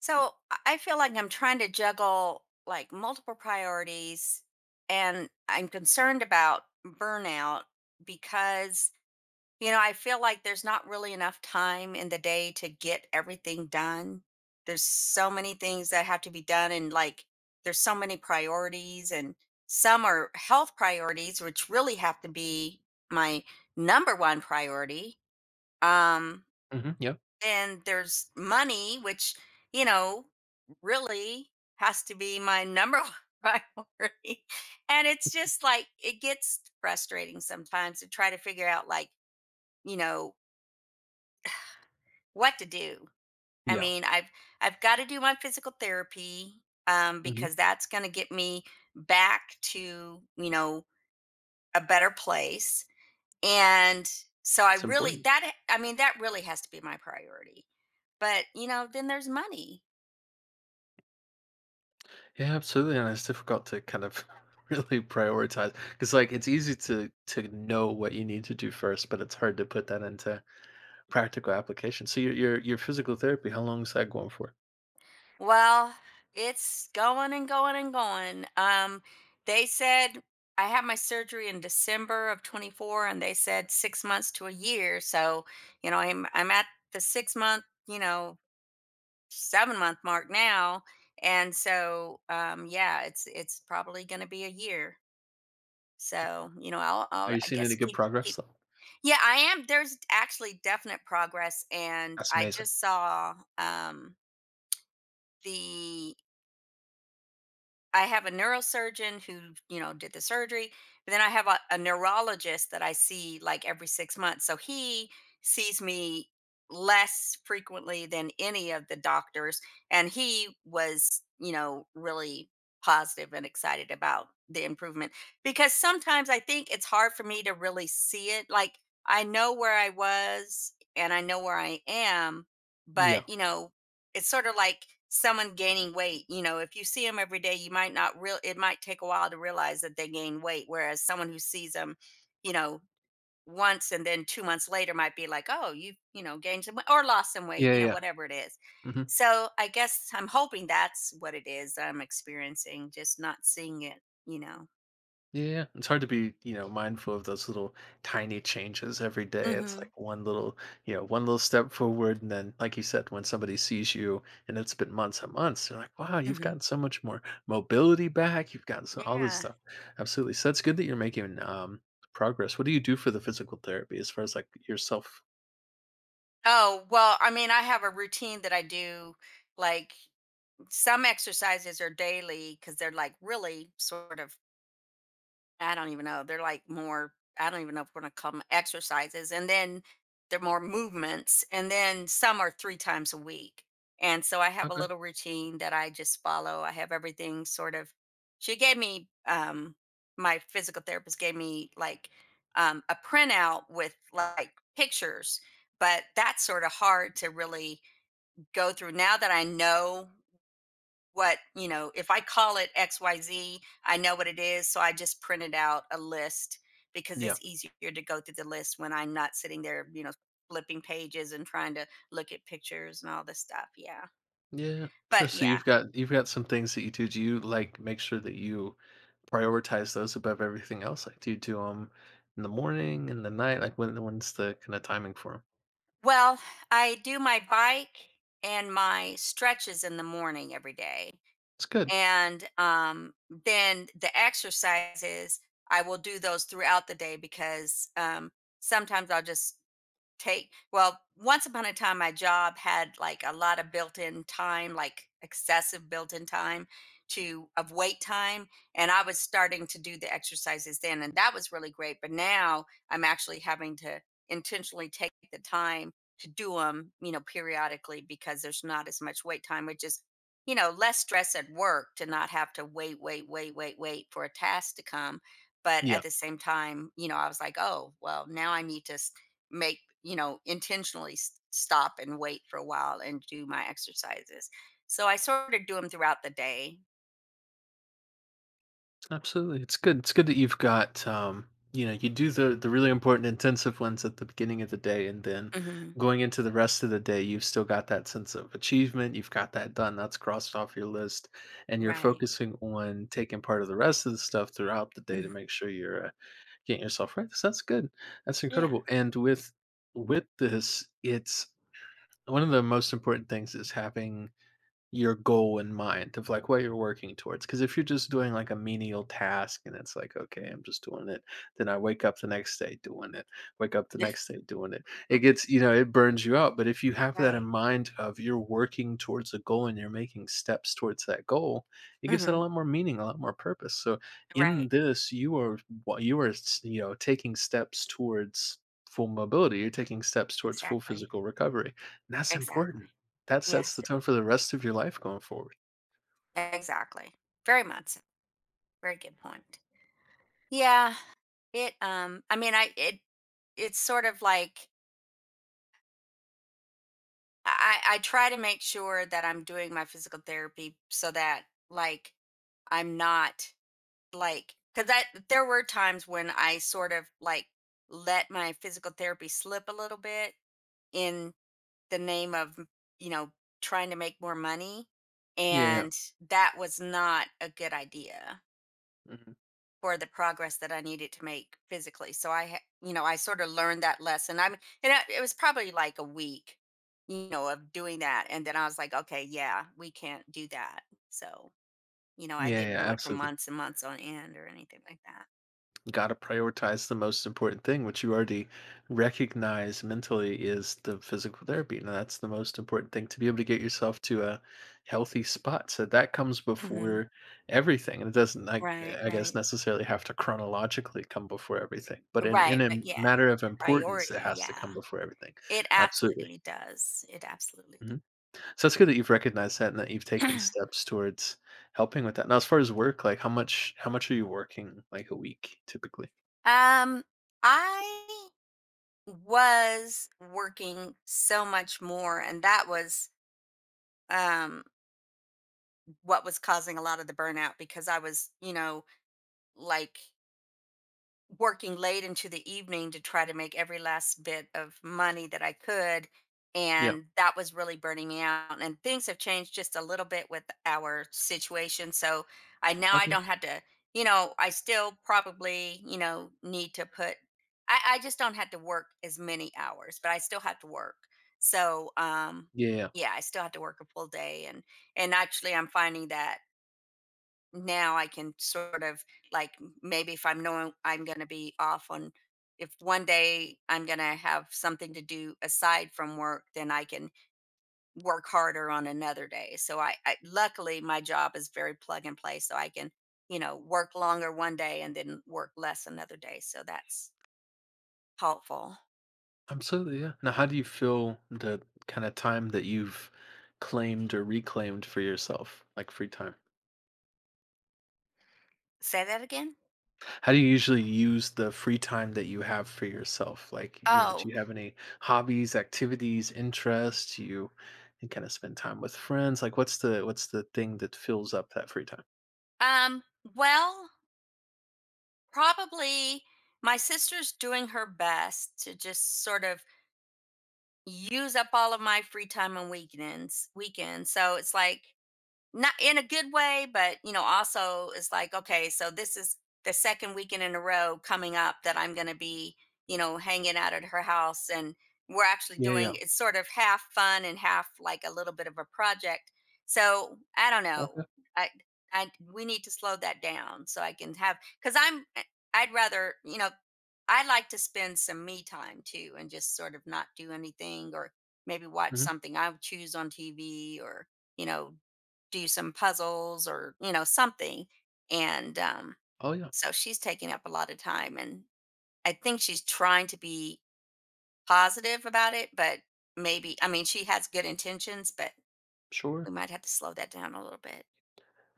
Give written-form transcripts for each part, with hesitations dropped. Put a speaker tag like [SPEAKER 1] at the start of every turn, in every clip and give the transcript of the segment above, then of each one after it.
[SPEAKER 1] So I feel like I'm trying to juggle, like, multiple priorities, and I'm concerned about burnout because, I feel like there's not really enough time in the day to get everything done. There's so many things that have to be done, and, like, there's so many priorities, and some are health priorities which really have to be my number one priority. Um
[SPEAKER 2] Mhm. Yep.
[SPEAKER 1] and there's money, which, you know, really has to be my number one priority. And it's just, like, it gets frustrating sometimes to try to figure out, like, you know, what to do. I
[SPEAKER 2] Yeah.
[SPEAKER 1] mean, I've got to do my physical therapy
[SPEAKER 2] Mhm.
[SPEAKER 1] because that's going to get me back to, a better place. And so
[SPEAKER 2] It's important.
[SPEAKER 1] I mean that really has to be my priority. But, then there's money.
[SPEAKER 2] Yeah, absolutely, and it's difficult to kind of really prioritize because, like, it's easy to know what you need to do first, but it's hard to put that into practical application. So your physical therapy, how long is that going for?
[SPEAKER 1] Well, it's going and going and going. They said I had my surgery in December of 24, and they said 6 months to a year. So, I'm at the 6 month, 7 month mark now, and so yeah, it's probably going to be a year. So, I'll
[SPEAKER 2] Are you
[SPEAKER 1] I
[SPEAKER 2] seeing
[SPEAKER 1] guess
[SPEAKER 2] any good
[SPEAKER 1] keep
[SPEAKER 2] progress
[SPEAKER 1] keep.
[SPEAKER 2] though?
[SPEAKER 1] Yeah, I am. There's actually definite progress, and
[SPEAKER 2] That's
[SPEAKER 1] I
[SPEAKER 2] amazing.
[SPEAKER 1] just saw the I have a neurosurgeon who, did the surgery, but then I have a neurologist that I see like every 6 months. So he sees me less frequently than any of the doctors. And he was, really positive and excited about the improvement, because sometimes I think it's hard for me to really see it. Like, I know where I was and I know where I am, but,
[SPEAKER 2] Yeah.
[SPEAKER 1] it's sort of like someone gaining weight. If you see them every day, you might not real. It might take a while to realize that they gain weight. Whereas someone who sees them, you know, once, and then 2 months later might be like, oh, you know gained some weight or lost some weight.
[SPEAKER 2] Yeah. Yeah. Yeah.
[SPEAKER 1] Whatever it is.
[SPEAKER 2] Mhm.
[SPEAKER 1] So I guess I'm hoping that's what it is I'm experiencing, just not seeing it. You know.
[SPEAKER 2] Yeah, yeah, it's hard to be, you know, mindful of those little tiny changes every day. It's like
[SPEAKER 1] Hmm.
[SPEAKER 2] one little, you know, one little step forward. And then, like you said, when somebody sees you and it's been months and months, they're like, wow, you've
[SPEAKER 1] Hmm.
[SPEAKER 2] gotten so much more mobility back. You've gotten so, all this
[SPEAKER 1] Yeah.
[SPEAKER 2] stuff. Absolutely. So that's good that you're making progress. What do you do for the physical therapy as far as like yourself?
[SPEAKER 1] Oh, well, I mean, I have a routine that I do, like some exercises are daily because they're like really sort of, I don't even know if we're going to call them exercises. And then they're more movements, and then some are three times a week. And so I have a
[SPEAKER 2] Okay.
[SPEAKER 1] little routine that I just follow. I have everything sort of. She gave me um my physical therapist gave me, like, a printout with, like, pictures, but that's sort of hard to really go through now that I know what, if I call it XYZ, I know what it is. So I just printed out a list because
[SPEAKER 2] Yeah.
[SPEAKER 1] it's easier to go through the list when I'm not sitting there, flipping pages and trying to look at pictures and all this stuff. Yeah.
[SPEAKER 2] Yeah. Sure.
[SPEAKER 1] But
[SPEAKER 2] So
[SPEAKER 1] yeah.
[SPEAKER 2] you've got some things that you do. Do you like make sure that you prioritize those above everything else? I do do them in the morning, in the night, like when's the kind of timing for them?
[SPEAKER 1] Well, I do my bike and my stretches in the morning every day.
[SPEAKER 2] It's good.
[SPEAKER 1] And then the exercises, I will do those throughout the day because sometimes I'll just take well, once upon a time my job had, like, a lot of built-in time, like excessive built-in time, to of wait time. And I was starting to do the exercises then, and that was really great. But now I'm actually having to intentionally take the time to do them, periodically, because there's not as much wait time, which is, less stress at work to not have to wait, wait, wait, wait, wait for a task to come. But
[SPEAKER 2] Yeah,
[SPEAKER 1] at the same time, I was like, oh, well, now I need to make, intentionally stop and wait for a while and do my exercises. So I sort of do them throughout the day.
[SPEAKER 2] absolutely. It's good. It's good that you've got you know, you do the really important intensive ones at the beginning of the day, and then
[SPEAKER 1] Hmm.
[SPEAKER 2] going into the rest of the day, you've still got that sense of achievement. You've got that done. That's crossed off your list, and you're
[SPEAKER 1] Right.
[SPEAKER 2] focusing on taking part of the rest of the stuff throughout the day to
[SPEAKER 1] Hmm.
[SPEAKER 2] make sure you're getting yourself right. So that's good. That's
[SPEAKER 1] Yeah.
[SPEAKER 2] incredible. And with this, it's one of the most important things is having your goal in mind of like what you're working towards, because if you're just doing like a menial task and it's like, okay, I'm just doing it, then I wake up the next day doing it, wake up the next day doing it, it gets, you know, it burns you out. But if you have that in
[SPEAKER 1] Right.
[SPEAKER 2] mind of you're working towards a goal and you're making steps towards that goal, it gives it a
[SPEAKER 1] Hmm.
[SPEAKER 2] lot more meaning, a lot more purpose. So in
[SPEAKER 1] Right.
[SPEAKER 2] this, you are you are you know, taking steps towards full mobility, you're taking steps towards full
[SPEAKER 1] Exactly.
[SPEAKER 2] physical recovery, and that's
[SPEAKER 1] Exactly.
[SPEAKER 2] important. That sets the
[SPEAKER 1] Yes.
[SPEAKER 2] tone for the rest of your life going forward.
[SPEAKER 1] Exactly. Very much so. Very good point. Yeah. It um i mean i it it's sort of like I try to make sure that I'm doing my physical therapy, so that, like, I'm not Like, because I there were times when I sort of, like, let my physical therapy slip a little bit in the name of, you know trying to make more money,
[SPEAKER 2] Yeah, yeah.
[SPEAKER 1] and that was not a good idea
[SPEAKER 2] Mhm.
[SPEAKER 1] for the progress that I needed to make physically. So I, I sort of learned that lesson. I mean, it was probably like a week, of doing that, and then I was like, okay, yeah, we can't do that. So, I
[SPEAKER 2] Yeah,
[SPEAKER 1] didn't
[SPEAKER 2] yeah,
[SPEAKER 1] do it for
[SPEAKER 2] absolutely.
[SPEAKER 1] months and months on end or anything like that.
[SPEAKER 2] Gotta prioritize the most important thing, which you already recognize mentally is the physical therapy. And that's the most important thing to be able to get yourself to a healthy spot. So that comes
[SPEAKER 1] Mhm.
[SPEAKER 2] before everything. And it doesn't,
[SPEAKER 1] Right,
[SPEAKER 2] I guess,
[SPEAKER 1] right.
[SPEAKER 2] necessarily have to chronologically come before everything, but
[SPEAKER 1] Right,
[SPEAKER 2] in a
[SPEAKER 1] but yeah,
[SPEAKER 2] matter of
[SPEAKER 1] the
[SPEAKER 2] importance, it
[SPEAKER 1] priority,
[SPEAKER 2] has to come
[SPEAKER 1] yeah.
[SPEAKER 2] before everything.
[SPEAKER 1] It
[SPEAKER 2] Absolutely.
[SPEAKER 1] absolutely does. It absolutely
[SPEAKER 2] Mhm. So it's good that you've recognized that and that you've
[SPEAKER 1] does.
[SPEAKER 2] taken steps towards helping with that. Now, as far as work, like how much are you working like a week typically?
[SPEAKER 1] um, I was working so much more, and that was um what was causing a lot of the burnout because I was, like, working late into the evening to try to make every last bit of money that I could.
[SPEAKER 2] Yeah.
[SPEAKER 1] And that was really burning me out. And things have changed just a little bit with our situation. So I now I
[SPEAKER 2] Okay.
[SPEAKER 1] don't have to, I still probably, need to put I just don't have to work as many hours, but I still have to work. So
[SPEAKER 2] Yeah, yeah.
[SPEAKER 1] yeah, I still have to work a full day. And actually I'm finding that now I can sort of, like, maybe if I'm knowing I'm going to be off on if one day I'm going to have something to do aside from work, then I can work harder on another day. So I luckily my job is very plug and play, so I can, work longer one day and then work less another day. So that's helpful.
[SPEAKER 2] Absolutely. Yeah. Now, how do you feel the kind of time that you've claimed or reclaimed for yourself, like free time?
[SPEAKER 1] Say that again.
[SPEAKER 2] How do you usually use the free time that you have for yourself? Like, you know, do
[SPEAKER 1] Oh,
[SPEAKER 2] you have any hobbies, activities, interests? Do you, you kind of spend time with friends? Like, what's the thing that fills up that free time?
[SPEAKER 1] um, well, probably my sister's doing her best to just sort of use up all of my free time on weekends. So it's like not in a good way, but, also it's like, okay, so this is the second weekend in a row coming up that I'm going to be, hanging out at her house. And we're actually doing
[SPEAKER 2] Yeah,
[SPEAKER 1] it's sort of half fun and half, like, a little bit of a project. So I don't
[SPEAKER 2] yeah.
[SPEAKER 1] know. I, we need to slow that down so I can have, cause I'd rather, I like to spend some me time too and just sort of not do anything, or maybe watch
[SPEAKER 2] Mhm.
[SPEAKER 1] something I would choose on TV, or, you know, do some puzzles, or, something. And
[SPEAKER 2] Oh, yeah.
[SPEAKER 1] so she's taking up a lot of time. And I think she's trying to be positive about it, but maybe, I mean, she has good intentions, but
[SPEAKER 2] Sure.
[SPEAKER 1] we might have to slow that down a little bit.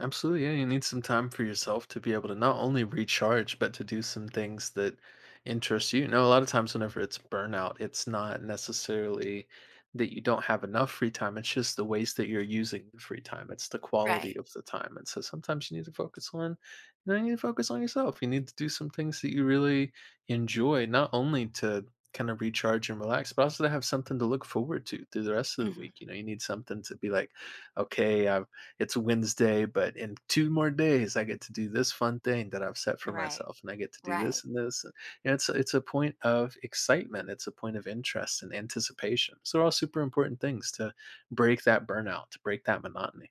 [SPEAKER 2] Absolutely, yeah. You need some time for yourself to be able to not only recharge, but to do some things that interest you. You know, a lot of times whenever it's burnout, it's not necessarily that you don't have enough free time. It's just the ways that you're using the free time. It's the quality
[SPEAKER 1] Right.
[SPEAKER 2] of the time. And so sometimes you need to focus on, you know, you need to focus on yourself. You need to do some things that you really enjoy, not only to kind of recharge and relax, but also to have something to look forward to through the rest of the
[SPEAKER 1] Hmm.
[SPEAKER 2] week. You know, you need something to be like, okay, I've it's Wednesday, but in two more days, I get to do this fun thing that I've set for
[SPEAKER 1] Right.
[SPEAKER 2] myself, and I get to do
[SPEAKER 1] Right,
[SPEAKER 2] this and this. And you know, it's a point of excitement. It's a point of interest and anticipation. So they're all super important things to break that burnout, to break that monotony.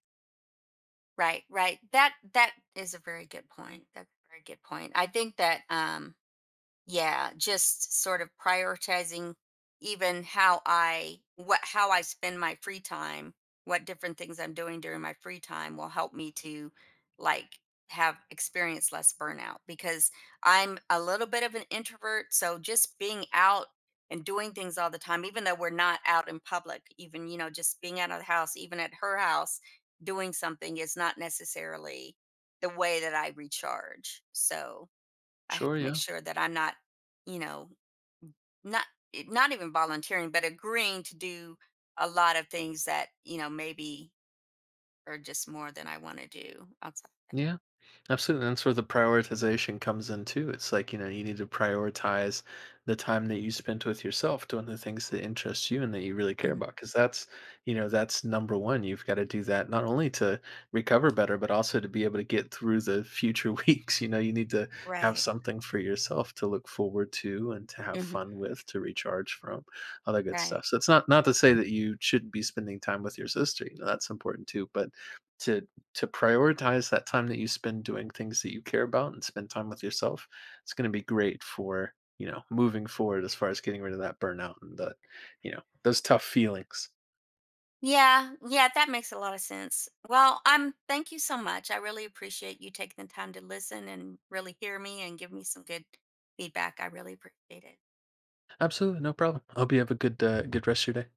[SPEAKER 1] right, right. That is a very good point. That's a very good point. I think that, yeah, just sort of prioritizing, even how I spend my free time, what different things I'm doing during my free time will help me to, like, have experience less burnout, because I'm a little bit of an introvert. So just being out and doing things all the time, even though we're not out in public, even, just being out of the house, even at her house doing something, is not necessarily the way that I recharge. So I have
[SPEAKER 2] Sure,
[SPEAKER 1] to make
[SPEAKER 2] yeah,
[SPEAKER 1] sure that I'm not, you know, not not even volunteering, but agreeing to do a lot of things that, maybe are just more than I want to do outside.
[SPEAKER 2] yeah. Absolutely. That's where the prioritization comes in too. It's like, you know, you need to prioritize the time that you spent with yourself doing the things that interest you and that you really care
[SPEAKER 1] Mhm.
[SPEAKER 2] about. Cause that's, you know, that's number one. You've got to do that not only to recover better, but also to be able to get through the future weeks. You know, you need to have
[SPEAKER 1] Right.
[SPEAKER 2] something for yourself to look forward to and to have
[SPEAKER 1] Mhm.
[SPEAKER 2] fun with, to recharge from, all that good stuff.
[SPEAKER 1] Right.
[SPEAKER 2] So it's not not to say that you shouldn't be spending time with your sister. You know, that's important too. But to to prioritize that time that you spend doing things that you care about and spend time with yourself, it's going to be great for, you know, moving forward as far as getting rid of that burnout and the, you know, those tough feelings.
[SPEAKER 1] Yeah. Yeah. That makes a lot of sense. Well, I'm. Thank you so much. I really appreciate you taking the time to listen and really hear me and give me some good feedback. I really appreciate it.
[SPEAKER 2] Absolutely, no problem. I hope you have a good good rest of your day.